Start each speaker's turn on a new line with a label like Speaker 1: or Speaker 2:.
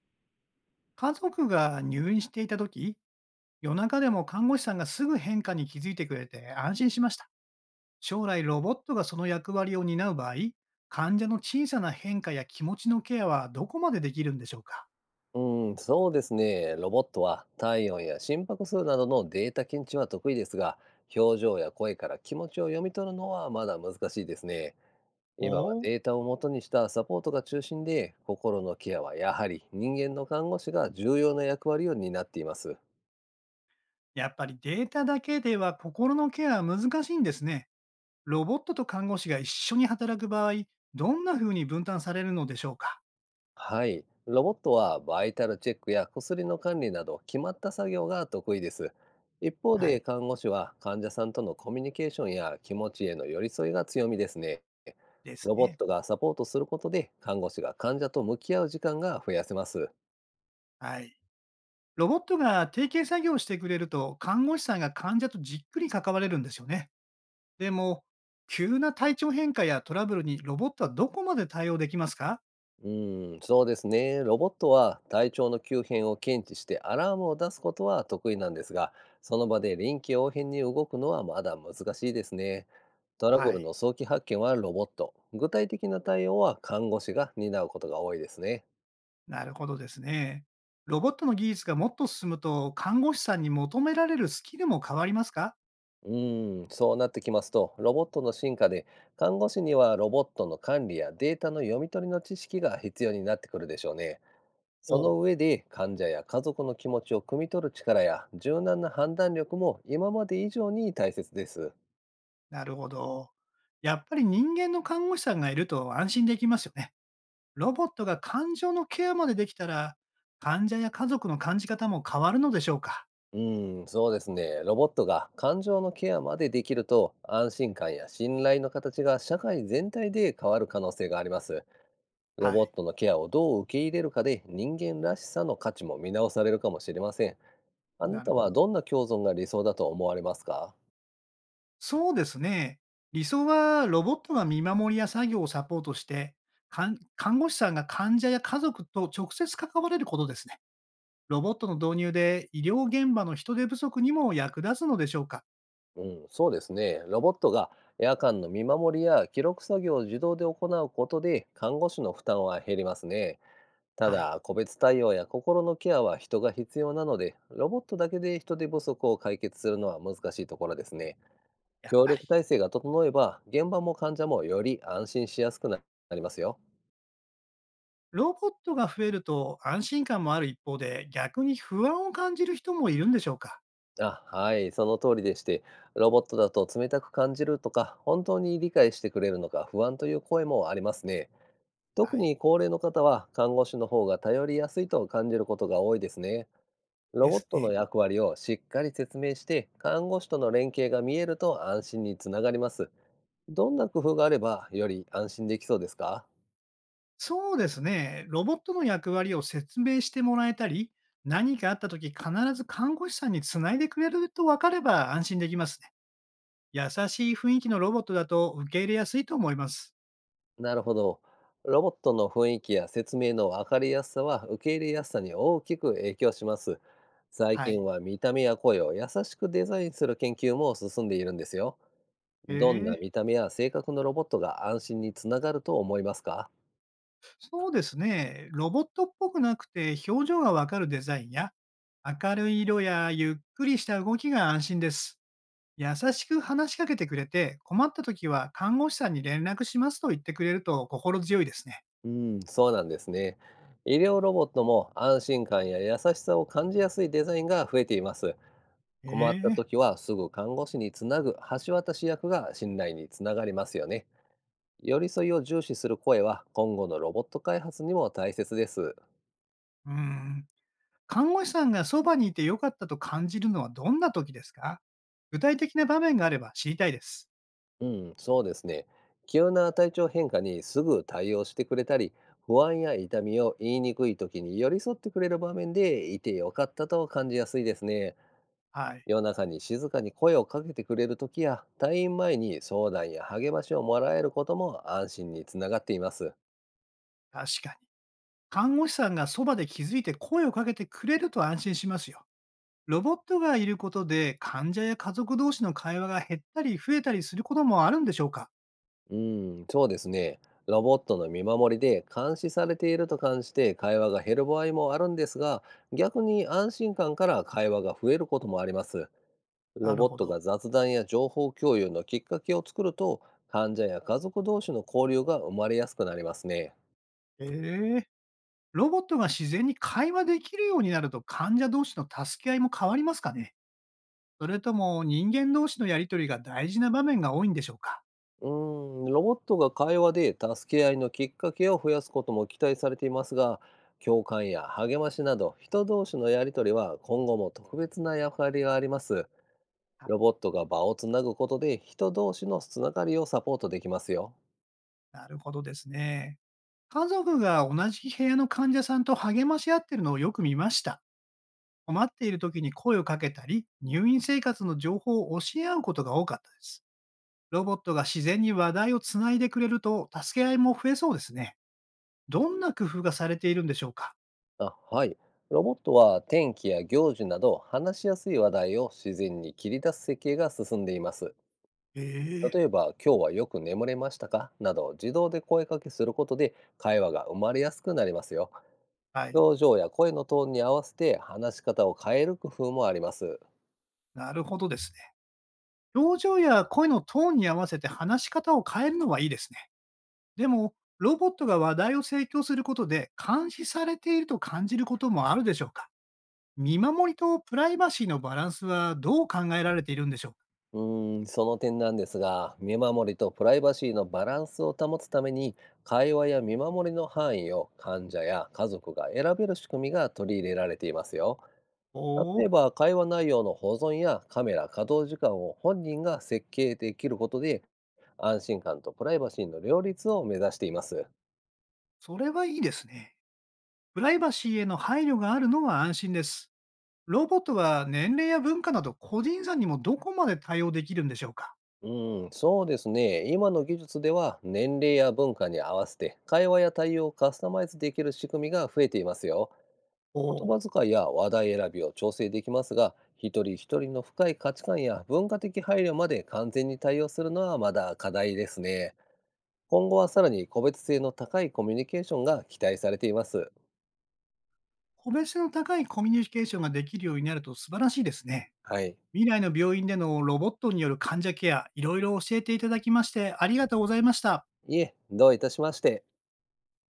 Speaker 1: 家族が入院していた時、夜中でも看護師さんがすぐ変化に気づいてくれて安心しました。将来ロボットがその役割を担う場合、患者の小さな変化や気持ちのケアはどこまでできるんでしょうか？
Speaker 2: うん、そうですね。ロボットは体温や心拍数などのデータ検知は得意ですが、表情や声から気持ちを読み取るのはまだ難しいですね。
Speaker 1: お
Speaker 2: 今は
Speaker 1: お、
Speaker 2: データを元にしたサポートが中心で、心のケアはやはり人間の看護師が重要な役割を担っています。
Speaker 1: やっぱりデータだけでは心のケアは難しいんですね。ロボットと看護師が一緒に働く場合、どんな風に分担されるのでしょうか？
Speaker 2: はい。ロボットはバイタルチェックや薬の管理など決まった作業が得意です。一方
Speaker 1: は
Speaker 2: で
Speaker 1: い。
Speaker 2: 看護師は患者さんとのコミュニケーションや気持ちへの寄り添いが強みですね。
Speaker 1: です
Speaker 2: ロボッ
Speaker 1: ね。
Speaker 2: トがサポートすることで看護師が患者と向き合う時間が増やせます。
Speaker 1: はい。ロボットが提携作業をしてくれると、看護師さんが患者とじっくり関われるんですよね。でも、急な体調変化やトラブルにロボットはどこまで対応できますか？
Speaker 2: うーん、そうですね。ロボットは体調の急変を検知してアラームを出すことは得意なんですが、その場で臨機応変に動くのはまだ難しいですね。トラブ
Speaker 1: は
Speaker 2: ル
Speaker 1: い。
Speaker 2: の早期発見はロボット、具体的な対応は看護師が担うことが多いですね。
Speaker 1: なるほどですね。ロボットの技術がもっと進むと、看護師さんに求められるスキルも変わりますか？
Speaker 2: うーん、そうなってきますと、ロボットの進化で、看護師にはロボットの管理やデータの読み取りの知識が必要になってくるでしょうね。
Speaker 1: お
Speaker 2: そ
Speaker 1: う、
Speaker 2: の上で患者や家族の気持ちを汲み取る力や柔軟な判断力も今まで以上に大切です。
Speaker 1: なるほど。やっぱり人間の看護師さんがいると安心できますよね。ロボットが感情のケアまでできたら、患者や家族の感じ方も変わるのでしょうか？
Speaker 2: うーん、そうですね。ロボットが感情のケアまでできると安心感や信頼の形が社会全体で変わる可能性があります。ロ
Speaker 1: は
Speaker 2: ボッ
Speaker 1: い。
Speaker 2: トのケアをどう受け入れるかで人間らしさの価値も見直されるかもしれません。あな
Speaker 1: なる
Speaker 2: た
Speaker 1: ほ
Speaker 2: は
Speaker 1: ど。
Speaker 2: どんな共存が理想だと思われますか？
Speaker 1: そうですね。理想はロボットが見守りや作業をサポートして、看護師さんが患者や家族と直接関われることですね。ロボットの導入で医療現場の人手不足にも役立つのでしょうか？
Speaker 2: うん、そうですね。ロボットが夜間の見守りや記録作業を自動で行うことで看護師の負担は減りますね。た
Speaker 1: はい、
Speaker 2: だ、個別対応や心のケアは人が必要なので、ロボットだけで人手不足を解決するのは難しいところですね。
Speaker 1: やっ
Speaker 2: 協
Speaker 1: ぱり。
Speaker 2: 力体制が整えば、現場も患者もより安心しやすくなりますよ。
Speaker 1: ロボットが増えると安心感もある一方で、逆に不安を感じる人もいるんでしょうか？
Speaker 2: あ、はい、その通りでして、ロボットだと冷たく感じるとか、本当に理解してくれるのか不安という声もありますね。
Speaker 1: は
Speaker 2: 特
Speaker 1: い、
Speaker 2: に高齢の方は看護師の方が頼りやすいと感じることが多いですね。ロ
Speaker 1: で
Speaker 2: ボッ
Speaker 1: す
Speaker 2: ト
Speaker 1: ね。
Speaker 2: の役割をしっかり説明して、看護師との連携が見えると安心につながります。どんな工夫があればより安心できそうですか？
Speaker 1: そうですね。ロボットの役割を説明してもらえたり、何かあったとき必ず看護師さんにつないでくれると分かれば安心できますね。優しい雰囲気のロボットだと受け入れやすいと思います。
Speaker 2: なるほど。ロボットの雰囲気や説明の分かりやすさは受け入れやすさに大きく影響します。最
Speaker 1: は
Speaker 2: 近
Speaker 1: い。
Speaker 2: は見た目や声を優しくデザインする研究も進んでいるんですよ。
Speaker 1: へ
Speaker 2: どんな
Speaker 1: え、
Speaker 2: 見た目や性格のロボットが安心につながると思いますか？
Speaker 1: そうですね。ロボットっぽくなくて表情がわかるデザインや、明るい色やゆっくりした動きが安心です。優しく話しかけてくれて、困った時は看護師さんに連絡しますと言ってくれると心強いですね。
Speaker 2: うん、そうなんですね。医療ロボットも安心感や優しさを感じやすいデザインが増えています。
Speaker 1: へ
Speaker 2: 困った
Speaker 1: え、
Speaker 2: 時はすぐ看護師につなぐ橋渡し役が信頼につながりますよね。寄り添いを重視する声は今後のロボット開発にも大切です。
Speaker 1: うん。看護師さんがそばにいて良かったと感じるのはどんな時ですか？具体的な場面があれば知りたいです。
Speaker 2: うん、そうですね。急な体調変化にすぐ対応してくれたり、不安や痛みを言いにくい時に寄り添ってくれる場面でいてよかったと感じやすいですね。
Speaker 1: はい、
Speaker 2: 夜中に静かに声をかけてくれる時や退院前に相談や励ましをもらえることも安心につながっています。
Speaker 1: 確かに。看護師さんがそばで気づいて声をかけてくれると安心しますよ。ロボットがいることで患者や家族同士の会話が減ったり増えたりすることもあるんでしょうか？
Speaker 2: うん、そうですね。ロボットの見守りで監視されていると感じて会話が減る場合もあるんですが、逆に安心感から会話が増えることもあります。
Speaker 1: な
Speaker 2: ロ
Speaker 1: る
Speaker 2: ボッ
Speaker 1: ほ
Speaker 2: ト
Speaker 1: ど。
Speaker 2: が雑談や情報共有のきっかけを作ると患者や家族同士の交流が生まれやすくなりますね。
Speaker 1: ええ。ロボットが自然に会話できるようになると患者同士の助け合いも変わりますかね？それとも人間同士のやりとりが大事な場面が多いんでしょうか？
Speaker 2: うーん、ロボットが会話で助け合いのきっかけを増やすことも期待されていますが、共感や励ましなど人同士のやりとりは今後も特別な役割があります。
Speaker 1: あ、
Speaker 2: ロボットが場をつなぐことで人同士のつながりをサポートできますよ。
Speaker 1: なるほどですね。家族が同じ部屋の患者さんと励まし合ってるのをよく見ました。困っている時に声をかけたり、入院生活の情報を教え合うことが多かったです。ロボットが自然に話題をつないでくれると、助け合いも増えそうですね。どんな工夫がされているんでしょうか？
Speaker 2: あ、はい。ロボットは天気や行事など話しやすい話題を自然に切り出す設計が進んでいます。
Speaker 1: ええ、
Speaker 2: 例えば「今日はよく眠れましたか?」など自動で声かけすることで会話が生まれやすくなりますよ。
Speaker 1: はい。
Speaker 2: 表情や声のトーンに合わせて話し方を変える工夫もあります。
Speaker 1: なるほどですね。表情や声のトーンに合わせて話し方を変えるのはいいですね。でも、ロボットが話題を提供することで監視されていると感じることもあるでしょうか？見守りとプライバシーのバランスはどう考えられているんでしょうか？
Speaker 2: うーん、その点なんですが、見守りとプライバシーのバランスを保つために、会話や見守りの範囲を患者や家族が選べる仕組みが取り入れられていますよ。
Speaker 1: お
Speaker 2: 例え
Speaker 1: お、
Speaker 2: ば、会話内容の保存やカメラ稼働時間を本人が設計できることで、安心感とプライバシーの両立を目指しています。
Speaker 1: それはいいですね。プライバシーへの配慮があるのは安心です。ロボットは年齢や文化など個人差にもどこまで対応できるんでしょうか？
Speaker 2: うん、そうですね。今の技術では年齢や文化に合わせて会話や対応をカスタマイズできる仕組みが増えていますよ。
Speaker 1: お
Speaker 2: 言
Speaker 1: お、
Speaker 2: 葉遣いや話題選びを調整できますが、一人一人の深い価値観や文化的配慮まで完全に対応するのはまだ課題ですね。今後はさらに個別性の高いコミュニケーションが期待されています。
Speaker 1: 個別の高いコミュニケーションができるようになると素晴らしいですね。
Speaker 2: はい。
Speaker 1: 未来の病院でのロボットによる患者ケア、いろいろ教えていただきまして、ありがとうございました。
Speaker 2: いえ、どういたしまして。